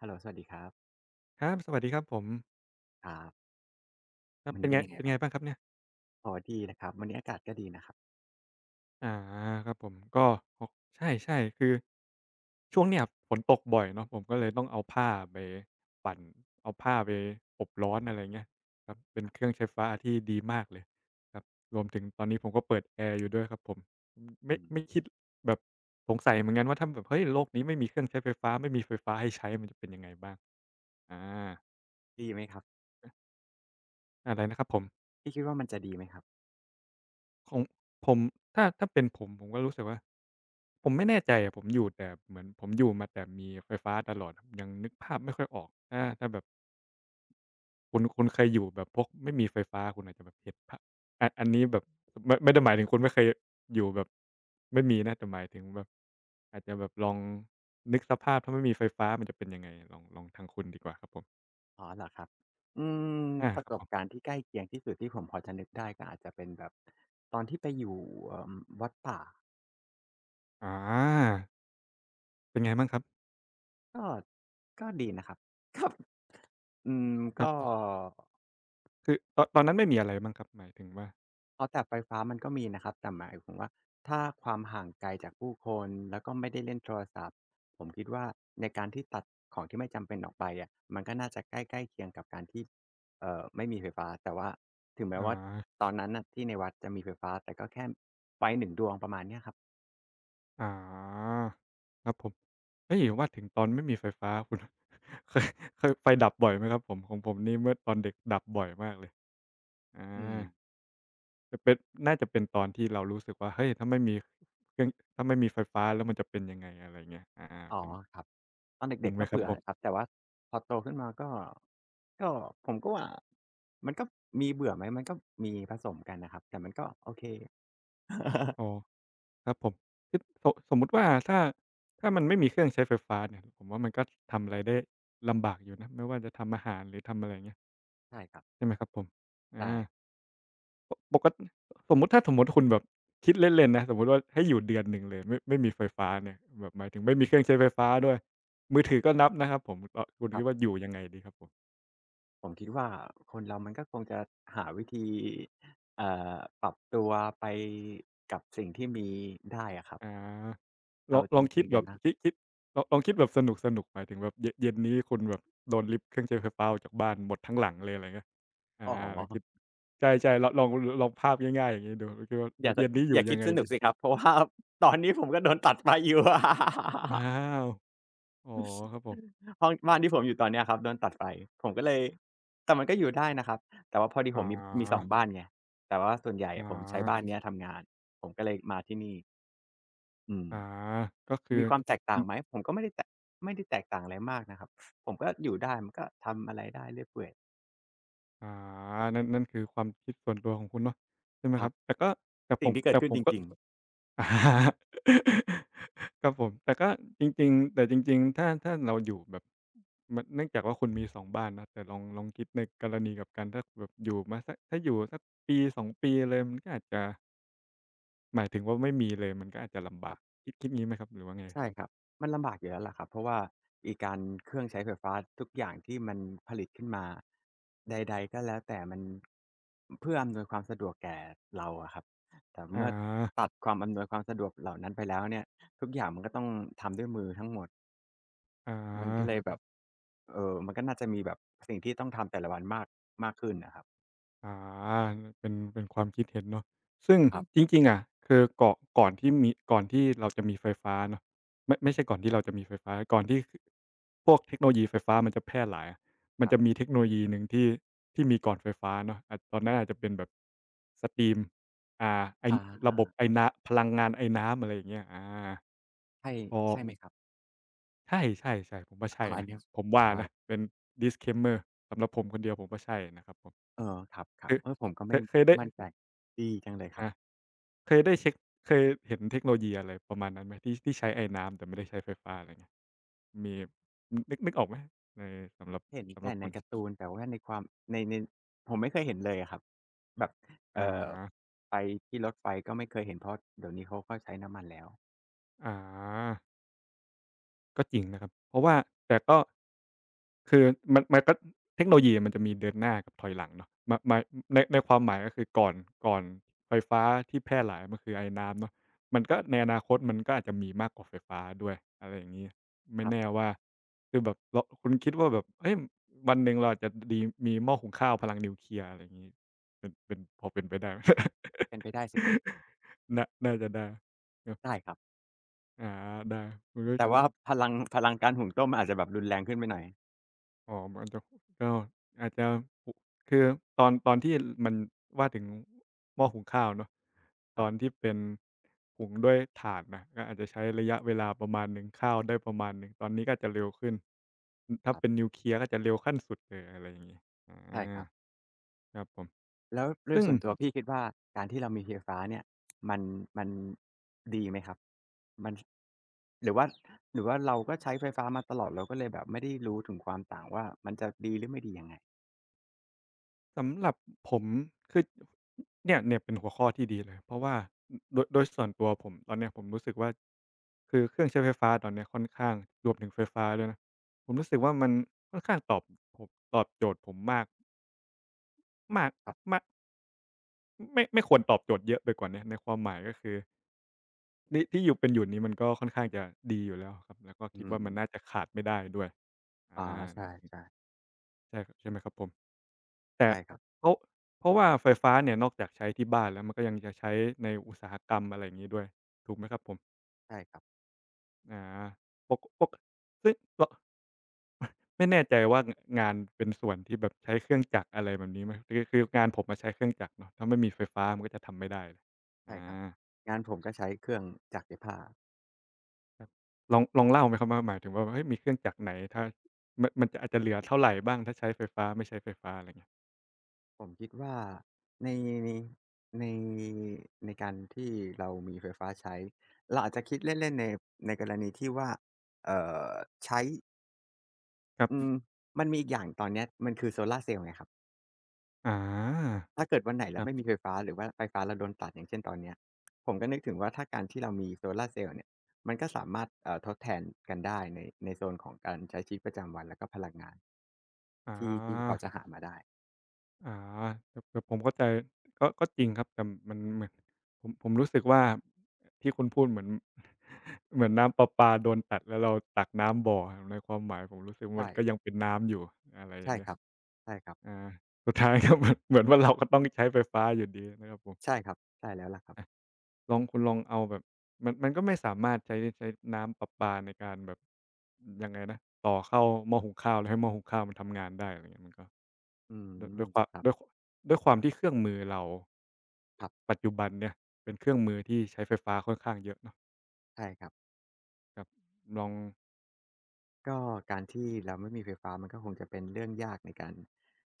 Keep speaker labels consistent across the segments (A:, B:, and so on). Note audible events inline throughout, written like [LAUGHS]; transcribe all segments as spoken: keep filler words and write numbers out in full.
A: ฮัลโหลสวัสดีครับ
B: ครับสวัสดีครับผม
A: ครับ
B: ครับ
A: วัน
B: เป็
A: นี้
B: น
A: เป็
B: ไง
A: นยังไง
B: เป็น
A: บ้า
B: ไง
A: ง
B: บ้างครับเนี่ย
A: อ๋อดีนะครับวันนี้อากาศก็ดีนะครับ
B: อาครับผมก็หกใช่ๆคือ ช่วงเนี้ยฝนตกบ่อยเนาะผมก็เลยต้องเอาผ้าไปปั่นเอาผ้าไปอบร้อนอะไรเงี้ยครับเป็นเครื่องใช้ฟ้าที่ดีมากเลยครับรวมถึงตอนนี้ผมก็เปิดแอร์อยู่ด้วยครับผมอืมไม่
A: อื
B: ไม่
A: ม
B: คิดแบบสงสัยเหมือนกันว่าถ้าแบบเฮ้ยโลกนี้ไม่มีเครื่องใช้ไฟฟ้าไม่มีไฟฟ้าให้ใช้มันจะเป็นยังไงบ้างอา
A: ดีไหมครับ
B: อะไรนะครับผม
A: พี่คิดว่ามันจะดีไหมครับ
B: ของผมถ้าถ้าเป็นผมผมก็รู้สึกว่าผมไม่แน่ใจอะผมอยู่แต่เหมือนผมอยู่มาแต่มีไฟฟ้าตลอดยังนึกภาพไม่ค่อยออกถ้าถ้าแบบคุณคุณเคยอยู่แบบพวกไม่มีไฟฟ้าคุณอาจจะแบบเห็นภาพอันอันนี้แบบไม่ไม่ได้หมายถึงคุณไม่เคยอยู่แบบไม่มีนะแต่หมายถึงแบบอาจจะแบบลองนึกสภาพถ้าไม่มีไฟฟ้ามันจะเป็นยังไงลองลองทางคุณดีกว่าครับผม
A: อ๋อเหรอครับอืม
B: อา
A: ประ
B: ครั
A: ส
B: บผ
A: บการ
B: ม
A: ณ์ที่ใกล้เคียงที่สุดที่ผมพอจะนึกได้ก็อาจจะเป็นแบบตอนที่ไปอยู่เอ่อวัดป่า
B: อาเป็นไงบ้างครับ
A: ก็ก็ดีนะครับครับอืม
B: ครั
A: ก็
B: บคือตอนตอนนั้นไม่มีอะไรบ้างครับหมายถึงว่า
A: อ๋อแต่ไฟฟ้ามันก็มีนะครับแต่หมายถึงว่าถ้าความห่างไกลจากผู้คนแล้วก็ไม่ได้เล่นโทรศัพท์ผมคิดว่าในการที่ตัดของที่ไม่จำเป็นออกไปอะมันก็น่าจะใกล้ๆเคียงกับการที่เอ่อไม่มีไฟฟ้าแต่ว่าถึงแม้ว่า
B: อา
A: ตอนนั้นน่ะที่ในวัดจะมีไฟฟ้าแต่ก็แค่ไฟหนึ่งดวงประมาณเนี้ยครับ
B: อ่าครับผมเฮ้ยว่าถึงตอนไม่มีไฟฟ้าคุณ [LAUGHS] เคยเคยไฟดับบ่อยไหมครับผมของผมนี่เมื่อตอนเด็กดับบ่อยมากเลยอา
A: อืม
B: จะเป็นน่าจะเป็นตอนที่เรารู้สึกว่าเฮ้ยถ้าไม่มีเครื่องถ้าไม่มีไฟฟ้าแล้วมันจะเป็นยังไงอะไรเงี้ยอา
A: อ๋อ
B: เป็น
A: ครับตอน
B: จริ
A: เด็
B: ง
A: ก
B: ไห
A: ๆ
B: ม
A: ก็
B: ค
A: เบ
B: รั
A: ใื
B: บผ
A: ช่อแหล่ะครั
B: ม
A: บแต่ว่าพอโตขึ้นมาก็ก็ผมก็ว่ามันก็มีเบื่อไหมมันก็มีผสมกันนะครับแต่มันก็โอเค
B: อ๋อครับผมคือสสมมุติว่าถ้าถ้ามันไม่มีเครื่องใช้ไฟฟ้าเนี่ยผมว่ามันก็ทำอะไรได้ลำบากอยู่นะไม่ว่าจะทำอาหารหรือทำอะไรเงี้ย
A: ใช่ครับ
B: ใช่ไหมครับผมอา
A: ใช่
B: ปปกสมมุติถ้าสมมุติคุณแบบคิดเล่นๆนะสมมุติว่าให้อยู่เดือนหนึ่งเลยไม่ไม่มีไฟฟ้าเนี่ยแบบหมายถึงไม่มีเครื่องใช้ไฟฟ้าด้วยมือ
A: ครั
B: ถือก็
A: บ
B: นับนะครับผมอคุณ
A: ครั
B: คิดว่าอ
A: บ
B: ยู่ยังไงดีครับผม
A: ผมคิดว่าคนเรามันก็คงจะหาวิธีเอ่อปรับตัวไปกับสิ่งที่มีได้อะครับ
B: อาลอ
A: เอา
B: ง
A: จ
B: ลองคิ
A: ริ
B: ด
A: งๆ
B: แบ
A: อะ
B: บ
A: นะ
B: คิดคิดลองลองคิดแบบสนุกๆหมายถึงแบบเยะเย็นนี้คุณแบบโดนริบเครื่องใช้ไฟฟ้าออกจากบ้านหมดทั้งหลังเลยอะไรเงี้ยอา
A: อ๋อ
B: ลองคิดใช่ๆลองล
A: ใช่
B: อง
A: ๆรับฟัง
B: ลองภา
A: ค
B: พ
A: รับ
B: ง่ายๆอย่างงี้ดูคุณคิดว่า
A: อ
B: ล
A: ย่าจะ
B: เย็นนี้อ
A: อ
B: ยู่
A: ย่า
B: ยั
A: คิ
B: ง
A: ด
B: ไง
A: สนุ
B: ดี
A: กสิครับเพราะว่าตอนนี้ผมก็โดนตัดไฟอยู่
B: อ้า
A: [LAUGHS]
B: วอ๋อครับผม
A: ห้องบ้านที่ผมอยู่ตอนเนี้ยครับโดนตัดไฟผมก็เลยแต่มันก็อยู่ได้นะครับแต่ว่าพอดี
B: อ๋
A: ผมมีมีสอง
B: อ
A: บ้านไงแต่ว่าส่วนใหญ่อะ
B: อ๋อ
A: ผมใช้บ้านเนี้ยทำงานผมก็เลยมาที่นี่อืม
B: อาก็คือ
A: มีความแตก
B: อื
A: ต่าง
B: ม
A: ไหมผมก็ไม่ได้แตกไม่ได้แตกต่างอะไรมากนะครับผมก็อยู่ได้มันก็ทำอะไรได้เรื่อยเปื่อย
B: อ่านั่นนั่นคือความคิดส่วนตัวของคุณเนาะใช่ไหม
A: ค
B: ค
A: รั
B: รั
A: บ
B: บแต่ก็แต่ผ
A: สิ่ง
B: ม
A: ที่เกิด
B: แต่
A: ขึ้
B: ผ
A: น
B: ม
A: จ
B: ก็
A: ริง
B: [LAUGHS] อาครับผมแต่ก็จริงๆแต่จริงๆถ้าถ้าเราอยู่แบบมันเนื่องจากว่าคุณมีสองบ้านนะแต่ลองลองคิดในกรณีกลับกันถ้าแบบอยู่มาสักถ้าอยู่สักปีสอสองปีเลยมันก็อาจจะหมายถึงว่าไม่มีเลยมันก็อาจจะลำ
A: ๆค
B: บา
A: รั
B: ก
A: บ
B: คิดคิดงี้ไหมครับหรือว่าไง
A: ใช่ครับมันลำบากอยู่แล้วล่ะครับเพราะว่าอีการเครื่องใช้ไฟฟ้าทุกอย่างที่มันผลิตขึ้นมาใดๆก็แล้วแต่มันเพื่ออำนวยความสะดวกแก่เราอะครับแต่
B: อา
A: เมื่อตัดความอำนวยความสะดวกเหล่านั้นไปแล้วเนี่ยทุกอย่างมันก็ต้องทำด้วยมือทั้งหมด
B: อา
A: มันก็เลยแบบเอ่อมันก็น่าจะมีแบบสิ่งที่ต้องทำแต่ละวันมากมากขึ้นน่ะครับ
B: อาเป็นเป็นความคิดเห็นเนาะซึ่ง
A: ครับ
B: จริงๆอะคือก่อก่อนที่มีก่อนที่เราจะมีไฟฟ้าเนาะไม่ไม่ใช่ก่อนที่เราจะมีไฟฟ้าก่อนที่คพวกเทคโนโลยีไฟฟ้ามันจะแพร่หลายอะมั
A: ค
B: น
A: รั
B: จะมี
A: บ
B: เทคโนโลยีหนึ่งที่ที่มีก่อนไฟฟ้าเนาะอาจตอนนั้นอาจจะเป็นแบบสตีมอ่าไอ้
A: อ
B: ระบบ
A: า
B: ไอน้ำพลังงานไอน้ำอะไรอย่างเงี้ยอา
A: ใช่
B: พอ
A: ใช่ไหมครับ
B: ใช่ๆๆผมว่าใช่
A: อาอัน
B: นะ
A: เนี้ย
B: ผมว่า
A: อ่า
B: นะเป็น disclaimer สำหรับผมคนเดียวผมว่าใช่นะครับผม
A: เออครับ
B: คือ
A: ๆเออผมก็
B: เค
A: ไม่
B: ยเคยได้
A: มั่นใจดีจังเลยครับ
B: อา เคยได้เช็คเคยเห็นเทคโนโลยีอะไรประมาณนั้นไหมที่ที่ใช้ไอน้ำแต่ไม่ได้ใช้ไฟฟ้าอะไรเงี้ยมีนึกนึกออกไหมในสำหรับ
A: เห็น
B: สำหรั
A: แต่
B: บ
A: ใน
B: คุณ
A: การ์ตูนแต่ว่าในความในในผมไม่เคยเห็นเลยอะครับแบบ
B: อา
A: เอ่อไปที่รถไฟก็ไม่เคยเห็นเพราะเดี๋ยวนี้เขาก็ใช้น้ำมันแล้ว
B: ออาก็จริงนะครับเพราะว่าแต่ก็ คือมันมันก็เทคโนโลยีมันจะมีเดินหน้ากับถอยหลังเนาะมามาในในความหมายก็คือก่อนก่อนไฟฟ้าที่แพร่หลายมันคือไอน้ำเนาะมันก็
A: ค
B: ใน
A: ร
B: อนาคตมันก็อาจจะมีมากกว่าไฟฟ้าด้วยอะไรอย่างนี้ไม่
A: ับ
B: แน่ว่าคือแบบเราคุณคิดว่าแบบเฮ้ยวันหนึ่งเราอาจจะดีมีหม้อหุงข้าวพลังนิวเคลียร์อะไรอย่างนี้เป็นเป็นพอเป็นไปได้ไหม
A: ๆเป็นไปได้สิครับ
B: [LAUGHS] น่าน่าจะได้เนาะ
A: ได้ครับ
B: อาได้
A: แต่ว่าพลังพลังการหุงต้มมันอาจจะแบบรุนแรงขึ้นไปหน่อย
B: อ๋อมันจะก็อาจจะหุคือตอนตอนที่มันว่าถึงหม้อหุงข้าวเนาะ
A: ค
B: ต
A: รั
B: อนที่เป็นหุงด้วยถ่านน่ะก็อาจจะใช้ระยะเวลาประมาณหนึ่งข้าวได้ประมาณหนึ่งตอนนี้ก็อาจจะเร็วขึ้นอือถ้า
A: บ
B: เป็นนิวเคลียร์ก็จะเร็วขั้นสุดเลยอะไรอย่างงี้อ
A: ๆใช่ค
B: า
A: รับ
B: ครับผม
A: แล้วโดย
B: ซึ่ง
A: ส่วนตัวพี่คิดว่าการที่เรามีไฟฟ้าเนี่ยมันมันดีไหมครับมันหรือว่าหรือว่าเราก็ใช้ไฟฟ้ามาตลอดเราก็เลยแบบไม่ได้รู้ถึงความต่างว่ามันจะดีหรือไม่ดียังไง
B: สำหรับผมคือเนี่ยเนี่ยเป็นหัวข้อที่ดีเลยเพราะว่าโดยโดยส่วนตัวผมตอนเนี้ยผมรู้สึกว่าคือเครื่องใช้ไฟฟ้าตอนเนี้ยค่อนข้างรวมถึงไฟฟ้าด้วยนะผมรู้สึกว่ามันค่อนข้างตอบผมตอบโจทย์ผมมากมาก
A: ครับ
B: มากไม่ไม่ควรตอบโจทย์เยอะไปกว่าเนี้ยในความหมายก็คือที่ที่อยู่เป็นอยู่นี้มันก็ค่อนข้างจะดีอยู่แล้วครับแล้วก็คิด
A: อืม
B: ว่ามันน่าจะขาดไม่ได้ด้วยอา
A: อ๋อใช
B: นี่
A: ่ๆ
B: ใช่ครับใช่ไหมครับผม แต่
A: ใช่ครับ
B: เพราะเพราะว่าไฟฟ้าเนี่ยนอกจากใช้ที่บ้านแล้วมันก็ยังจะใช้ในอุตสาหกรรมอะไรอย่างงี้ด้วยถูกไหมครับผม
A: ใช่ครับ
B: อาปกปกซึ่งลไม่แน่ใจว่างงานเป็นส่วนที่แบบใช้เครื่องจักรอะไรแบบนี้ไหมคือคืองานผมอะใช้เครื่องจักรเนาะถ้าไม่มีไฟฟ้ามันก็จะทำไม่ได้เลยอา
A: ใช่ครับงานผมก็ใช้เครื่องจักรเย็บผ้า
B: ครับลองลองเล่าไหมครับว่าหมายถึงว่าเฮ้ยมีเครื่องจักรไหนถ้ามันมันจะอาจจะเหลือเท่าไรบ้างถ้าใช้ไฟฟ้าไม่ใช้ไฟฟ้าอะไรเงี้ย
A: ผมคิดว่าในในในการที่เรามีไฟฟ้าใช้เราอาจจะคิดเล่นๆในในกรณีที่ว่าเอ่อใช้
B: ครั
A: อืม
B: บ
A: มันมีอีกอย่างตอนเนี้ยมันคือโซลาร์เซลล์ไงครับ
B: อา
A: ถ้าเกิดวันไหน
B: ค
A: เรา
B: รับ
A: ไม่มีไฟฟ้าหรือว่าไฟฟ้าเราโดนตัดอย่างเช่นตอนเนี้ยผมก็นึกถึงว่าถ้าการที่เรามีโซลาร์เซลล์เนี่ยมันก็สามารถเอ่อทดแทนกันได้ในในโซนของการใช้ชีวิตประจำวันแล้วก็พลังงาน
B: อ
A: ที่ที่พอ
B: า
A: จะหามาได้
B: อาแต่แต่ผมเข้าใจก็ก็จริงครับแต่มันเหมือนผมผมรู้สึกว่าที่คุณพูดเหมือน [LAUGHS] เหมือนน้ำประปาโดนตัดแล้วเราตักน้ำบ่อในความหมายผมรู้สึกว่ามั
A: ใช่
B: นก็ยังเป็นน้ำอยู่อะไรอย่า
A: ใช่
B: งเงี้
A: ค
B: ย
A: รับใช่ครับ
B: อาสุดท้ายก็เหมือน [LAUGHS] เหมือนว่าเราก็ต้องใช้ไฟฟ้าอยู่ดีนะครับผม
A: ใช่ครับใช่แล้วล่ะครับ
B: ลองคุณลองเอาแบบมันมันก็ไม่สามารถใช้ใช้น้ำประปาในการแบบยังไงนะต่อเข้าหม้อหุงข้าวแล้วให้หม้อหุงข้าวมันทำงานได้อะไรเงี้ยมันก็
A: อื
B: ด้วยด้
A: ม
B: วยความ
A: ครั
B: ด้วย
A: บ
B: คด้วยความที่เครื่องมือเรา
A: ครับ
B: ปัจจุบันเนี่ยเป็นเครื่องมือที่ใช้ไฟฟ้าค่อนข้างเยอะเนาะ
A: ใช่ครับ
B: ครับลอง
A: ก็การที่เราไม่มีไฟฟ้ามันก็คงจะเป็นเรื่องยากในการ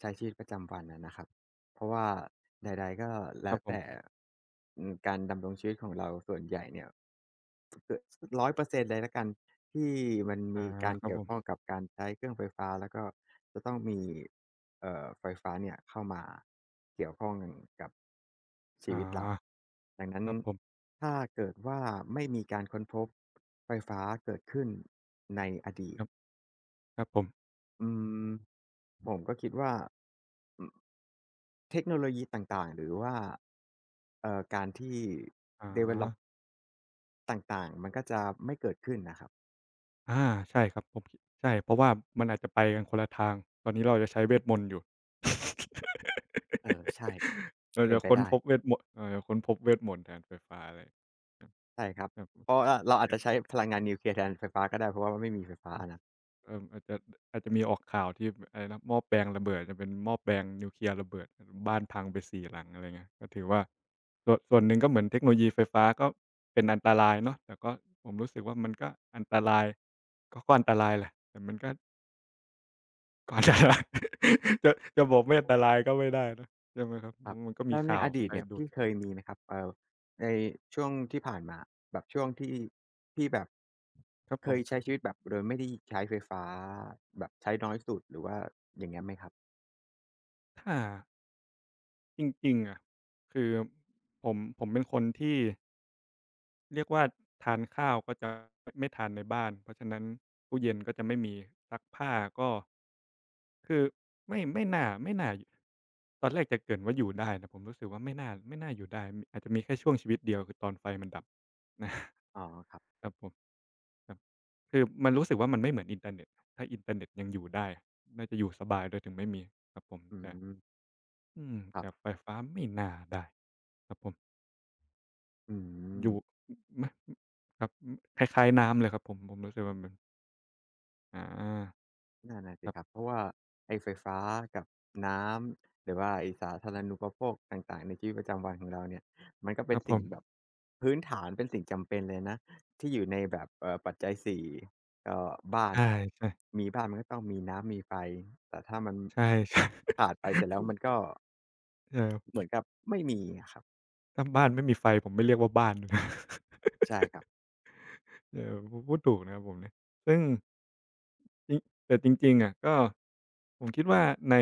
A: ใช้ชีวิตประจำวันอะนะครับเพราะว่าใดๆก็
B: ค
A: แล้
B: รับ
A: ว
B: ผ
A: แต่
B: ม
A: อืมการดำรงชีวิตของเราส่วนใหญ่เนี่ยร้อยเปอร์เซ็หนึ่งร้อยเปอร์เซ็นต์เลยละกันที่มัน
B: อา
A: มีการ
B: ครับ
A: เกี่
B: ผ
A: ยว
B: ม
A: ข้องกับการใช้เครื่องไฟฟ้าแล้วก็จะต้องมีเอ่อไฟฟ้าเนี่ยเข้ามาเกี่ยวข้องกับชี
B: อา
A: วิตเราดังนั้
B: ค
A: น
B: รับผม
A: ถ้าเกิดว่าไม่มีการค้นพบไฟฟ้าเกิดขึ้นในอดี
B: ค
A: ต
B: รับครับผม
A: อืมผมก็คิดว่าอืมเทคโนโลยีต่างๆหรือว่าเอ่อการที่
B: อา
A: develop ต่างๆมันก็จะไม่เกิดขึ้นนะครับ
B: อาใช่ครับผมคิดใช่เพราะว่ามันอาจจะไปกันคนละทางตอนนี้เราจะใช้เวทมนต์อยู่
A: เออใช่
B: [LAUGHS] เรา
A: เป็น
B: จะ
A: ไป
B: ค้น
A: ได้
B: พบเวทมนต์เราจะค้นพบเวทมนต์แทนไฟฟ้าอะไรครับ
A: ใช่ครับ
B: ครับ
A: เพราะว่าเราอาจจะใช้
B: อ
A: พลังงานนิวเคลียร์แทนไฟฟ้าก็ได้เพราะว่าไม่มีไฟฟ้านะ
B: เอ่ออาจจะอาจจะมีออกข่าวที่อะไรนะหม้อแปลงระเบิดจะเป็นหม้อแปลงนิวเคลียร์ระเบิดบ้านพังไปสี่หลังอะไรเงี้ยก็ถือว่าส่วนส่วนหนึ่งก็เหมือนเทคโนโลยีไฟฟ้าก็เป็นอันตรายเนาะแต่ก็ผมรู้สึกว่ามันก็อันตรายก็ก็อันตรายแหละแต่มันก็ ก็อันตราย [LAUGHS] จะจะบอกไม่อันตรายก็ไม่ได้นะใช่ไหมครับ
A: ค
B: มั
A: รั
B: น
A: บ
B: มันก็มี
A: แล้วใน
B: ข่าว
A: อดี
B: ไฟ
A: ตเนี่ย
B: ดู
A: พี่
B: ด
A: เคยมีไหมครับเอ่อในช่วงที่ผ่านมาแบบช่วงที่ที่แบบ
B: ครับผ
A: เค
B: ม
A: ยใช้ชีวิตแบบโดยไม่ได้ใช้ไฟฟ้าแบบใช้น้อยสุดหรือว่าอย่างเงี้ยไหมครับ
B: ถ้าจริงๆอะคือผมผมเป็นคนที่ เรียกว่าทานข้าวก็จะไม่ทานในบ้านเพราะฉะนั้นตู้เย็นก็จะไม่มีซักผ้าก็คือไม่ไม่น่าไม่น่าตอนแรกจะเกริ่นว่าอยู่ได้แต่ผมรู้สึกว่าไม่น่าไม่น่าอยู่ได้มอาจจะมีแค่ช่วงชีวิตเดียวคือตอนไฟมันดับ [LAUGHS] นะ
A: อ๋อครับ
B: ครับผมครับคือมันรู้สึกว่ามันไม่เหมือนอินเทอร์เน็ตถ้าอินเทอร์เน็ตยังอยู่ได้น่าจะอยู่สบายด้วยถึงไม่มีครับผม
A: อื
B: แต่
A: ม
B: อืม
A: ครั
B: แต่ไฟ
A: บ
B: ฟ้าไม่น่าได้ครับผม
A: อื
B: อยู่
A: ม
B: มครับคล้ายๆน้ำเลยครับผมผมรู้สึกว่ามันอา
A: นั่นน่ะ
B: ค
A: สิ
B: รั
A: ครับเพ
B: บ
A: ราะว่าไอ้ไฟฟ้ากับน้ำหรือว่าไอ้สาธารณูปโภคต่างๆในชีวิตประจำวันของเราเนี่ยมันก็
B: ค
A: เป็
B: รั
A: น
B: บผ
A: สิ่งแบบ
B: ม
A: พื้นฐานเป็นสิ่งจำเป็นเลยนะที่อยู่ในแบบเอ่อปัจจัยสี่ก็บ้า
B: ใช
A: น
B: ่ๆ
A: มีบ้านมันก็ต้องมีน้ำมีไฟแต่ถ้ามัน
B: ใช่ใช่ [LAUGHS]
A: ขาดไปเสร็จแล้วมันก็
B: เออ
A: เหมือนกับไม่มีอะครับ
B: ถ้าบ้านไม่มีไฟผมไม่เรียกว่าบ้าน [LAUGHS] นะ
A: ใช่ครับ
B: เออพูพูดถูกนะครับผมเนี่ยซึ่งจริงแต่จริงๆอะก็ผมคิดว่าใน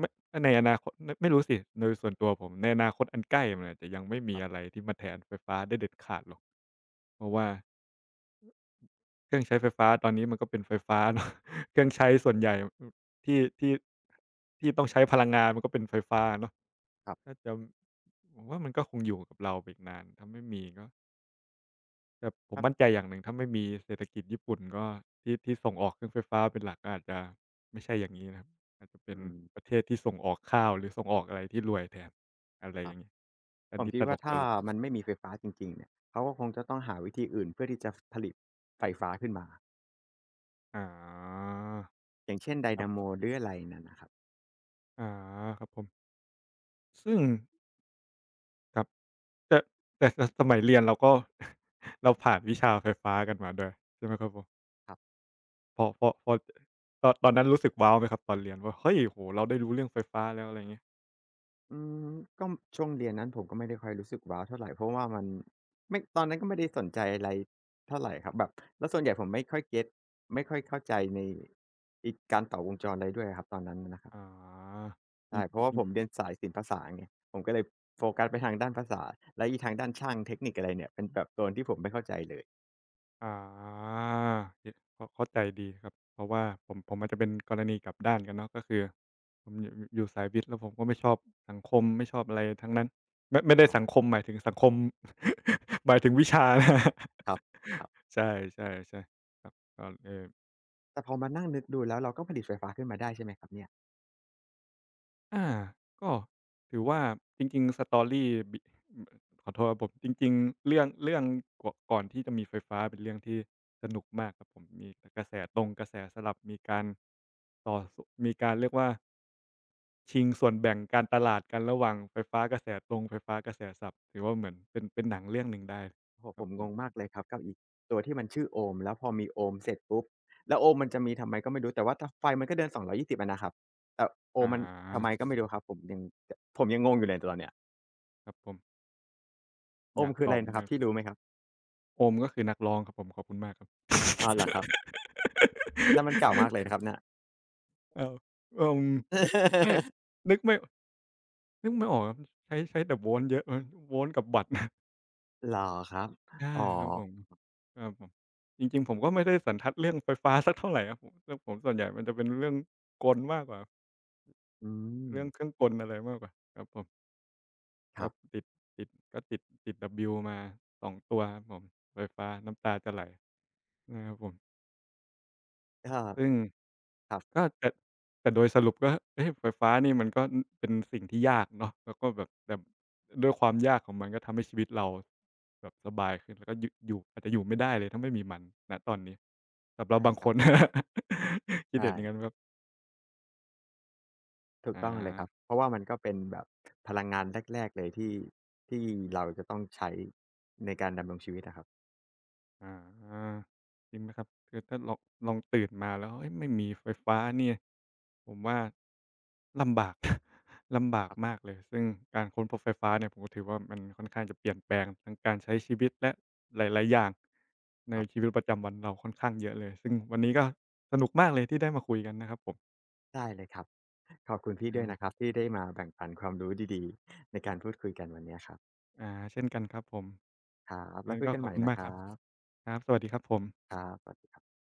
B: มในอนาคตนไม่รู้สิโดยส่วนตัวผมในอนาคตอันใกล้มันอาจจะยังไม่
A: ค
B: มี
A: รั
B: อะไร
A: บ
B: ที่มาแทนไฟฟ้าได้เด็ดขาดหรอกเพราะว่า เครื่องใช้ไฟฟ้าตอนนี้มันก็เป็นไฟฟ้าเนาะ [LAUGHS] เครื่องใช้ส่วนใหญ่ที่ที่ที่ต้องใช้พลังงานมันก็เป็นไฟฟ้าเนาะน่าจะผมว่ามันก็คงอยู่กับเราไปอีกนานถ้าไม่มีก็แต่ผ
A: ๆค
B: ม
A: รับ
B: มั่นใจอย่างหนึ่งถ้าไม่มีเศรษฐกิจญี่ปุ่นก็ที่ที่ส่งออกเครื่องไฟฟ้าเป็นหลักก็อาจจะไม่ใช่อย่างนี้นะครับอาจจะเป็น
A: อืม
B: ประเทศที่ส่งออกข้าวหรือส่งออกอะไรที่รวยแทนอะไร
A: ค
B: อ
A: รับ
B: ย่างนี้อั
A: ผ
B: น
A: ม
B: นี้
A: คิ
B: ต
A: ด
B: ล
A: ว่า
B: กต
A: ถ้า
B: ลก
A: มันไม่มีไฟฟ้าจริงๆเนี่ยเขาก็คงจะต้องหาวิธีอื่นเพื่อที่จะผลิตไฟฟ้าขึ้นมา
B: อ่า
A: อย่างเช่นได
B: ครั
A: นาโม
B: บ
A: หรืออะไรนั่นนะครับ
B: อ่าครับผมซึ่งครับ แต่แต่สสมัยเรียนเราก็ [LAUGHS] เราผ่านวิชาไฟฟ้ากันมาด้วยใช่ไหมครับผม
A: ครับ
B: พอพอพอตอนตอนนั้นรู้สึกว้าวไหมครับตอนเรียนว่าเฮ้ยโอ้โฮเราได้รู้เรื่องไฟฟ้าแล้วอะไรอย่างเงี้ย
A: อืมก็ช่วงเรียนนั้นผมก็ไม่ได้ค่อยรู้สึกว้าวเท่าไรเพราะว่ามันไม่ตอนนั้นก็ไม่ได้สนใจอะไรเท่าไรครับแบบแล้วส่วนใหญ่ผมไม่ค่อยเก็ตไม่ค่อยเข้าใจในอีกการต่อวงจรอะไรด้วยอะครับตอนนั้นนะนะครั
B: อ๋
A: บ
B: อจริ
A: ใช่
B: ง
A: เพราะ
B: จ
A: ว่า
B: ริง
A: ผมเรียนสายศิลปภาษาไงผมก็เลยโฟกัสไปทางด้านภาษาและอีทางด้านช่างเทคนิคอะไรเนี่ยเป็นแบบโซนที่ผมไม่เข้าใจเลย
B: อ๋เก็ตเข้าเข้าใจดีครับเพราะว่าผมผมอาจจะเป็นกรณีกลับด้านกันเนาะก็คือผมอยู่อยู่อยู่สายวิทย์แล้วผมก็ไม่ชอบสังคมไม่ชอบอะไรทั้งนั้นไม่ไม่ได้
A: อ๋อ
B: สังคมหมายถึงสังคม [LAUGHS] หมายถึงวิชานะ [LAUGHS] ครับ
A: ครับ
B: ใช่ๆๆครับก็เออ
A: แต่พอมานั่งนึกดูแล้วเราก็ผลิตไฟฟ้าขึ้นมาได้ใช่ไหมครับเนี่ย
B: อาก็ถือว่าจริงๆ สตอรี่ บิขอโทษครับผมจริงๆเรื่องเรื่องก่อก่อนที่จะมีไฟฟ้าเป็นเรื่องที่สนุกมากครับผมมีกระแสตรงกระแสสลับมีการต่อสมีการเรียกว่าชิงส่วนแบ่งการตลาดกันระหว่างไฟฟ้ากระแสตรงไฟฟ้ากระแสสลับถือว่าเหมือนเป็นเป็นหนังเรื่องหนึ่งได้
A: โอ้โฮ
B: ค
A: ผ
B: รับ
A: ม
B: ผ
A: งงมา
B: ม
A: กเลยครับกับอีกตัวที่มันชื่อโอห์มแล้วพอมีโอห์มเสร็จปุ๊บแล้วโอห์มมันจะมีทำไมก็ไม่รู้แต่ว่าถ้าไฟมันก็เดินสองร้อยยี่สิบองร้อยยี่สิบอะนะครับแต่โอห์ม
B: อา
A: มันทำไมก็ไม่รู้ครับผมยังจผมยังงงอยู่เลยตอนเนี้ย
B: ครับผม
A: โอ
B: อ
A: ห์ม
B: ยาก
A: คือ
B: ต
A: อะ
B: อ
A: ไร
B: บเหมือน
A: นะค
B: กั
A: รับ
B: น
A: พี่รู้ไหมครับ
B: โอมก็คือนักร้องครับผมขอบคุณมากครับ
A: อ๋อเหรอครับนั่นมันเก่ามากเลยนะครั
B: [LAUGHS]
A: บเนี่ย
B: อ้าวอืม ไม่
A: [LAUGHS]
B: นึกไม่นึกไม่ออกครับใช้ใช้แต่โวลต์เยอะเออโวลต์กับวัตต์ [LAUGHS]
A: เหรอครับ
B: อา
A: อ๋อ
B: ครับผมครับผมจริงๆผมก็ไม่ได้สันทัดเรื่องไฟฟ้าสักเท่าไรครับผมเรื่องผมส่วนใหญ่มันจะเป็นเรื่องกลมากกว่า
A: อืม
B: เรื่องเครื่องกลอะไรมากกว่าครับผมค
A: ค
B: รั
A: รั
B: บ
A: บ
B: ติดติดก็ติดติด ดับเบิลยู มาสองตัวครับผมไฟฟ้าน้ำตาจะไหลนะครับผม
A: ก็
B: ซึ่ง
A: ครับ
B: ก็แต่แต่โดยสรุปก็เอ๊ะไฟฟ้านี่มันก็อเป็นสิ่งที่ยากเนาะแล้วก็แบบแต่ด้วยความยากของมันก็ทำให้ชีวิตเราแบบสบายขึ้นแล้วก็ยึอยู่อาจจะอยู่ไม่ได้เลยถ้าไม่มีมันณตอนนี้สำหรับ
A: ใช่
B: บาง
A: ค
B: ค
A: รับ
B: น [LAUGHS] คิด
A: ใช่
B: เห็นอย่างงั้นไหมครับ
A: ถูก
B: อา
A: ต้องเลยครับ เพราะว่ามันก็เป็นแบบพลังงานแรกๆเลยที่ที่เราจะต้องใช้ในการดำรงชีวิตอะครับ
B: อาจริงไหมครับคือถ้าลองลองตื่นมาแล้วเฮ้ยไม่มีไฟฟ้าเนี่ยผมว่าลำบาก [LAUGHS] ลำบาก
A: ครั
B: มา
A: บ
B: กเลยซึ่งการค้นพบไฟฟ้าเนี่ยผมก็ถือว่ามันค่อนข้างจะเปลี่ยนแปลงทั้งการใช้ชีวิตและหลายๆอย่างใน
A: ครั
B: ชีวิ
A: บ
B: ตประจำวันเราค่อนข้างเยอะเลยซึ่งวันนี้ก็สนุกมากเลยที่ได้มาคุยกันนะครับผม
A: ได้เลยครับขอบคุณพี่ด้วย
B: อา
A: นะครับที่ได้มาแบ่งปันความรู้ดีๆในการพูดคุยกันวันเนี้ยครับ
B: อาเช่นกันครับผม
A: ครับแล้
B: งั้
A: ว
B: น
A: คุย
B: ก็
A: กัน
B: ขอบ
A: ใหม่
B: คุณ
A: นะ
B: มาก
A: ค
B: ครั
A: รั
B: บ
A: บบ
B: ครับสวัสดีครับผม
A: ครับสวัสดี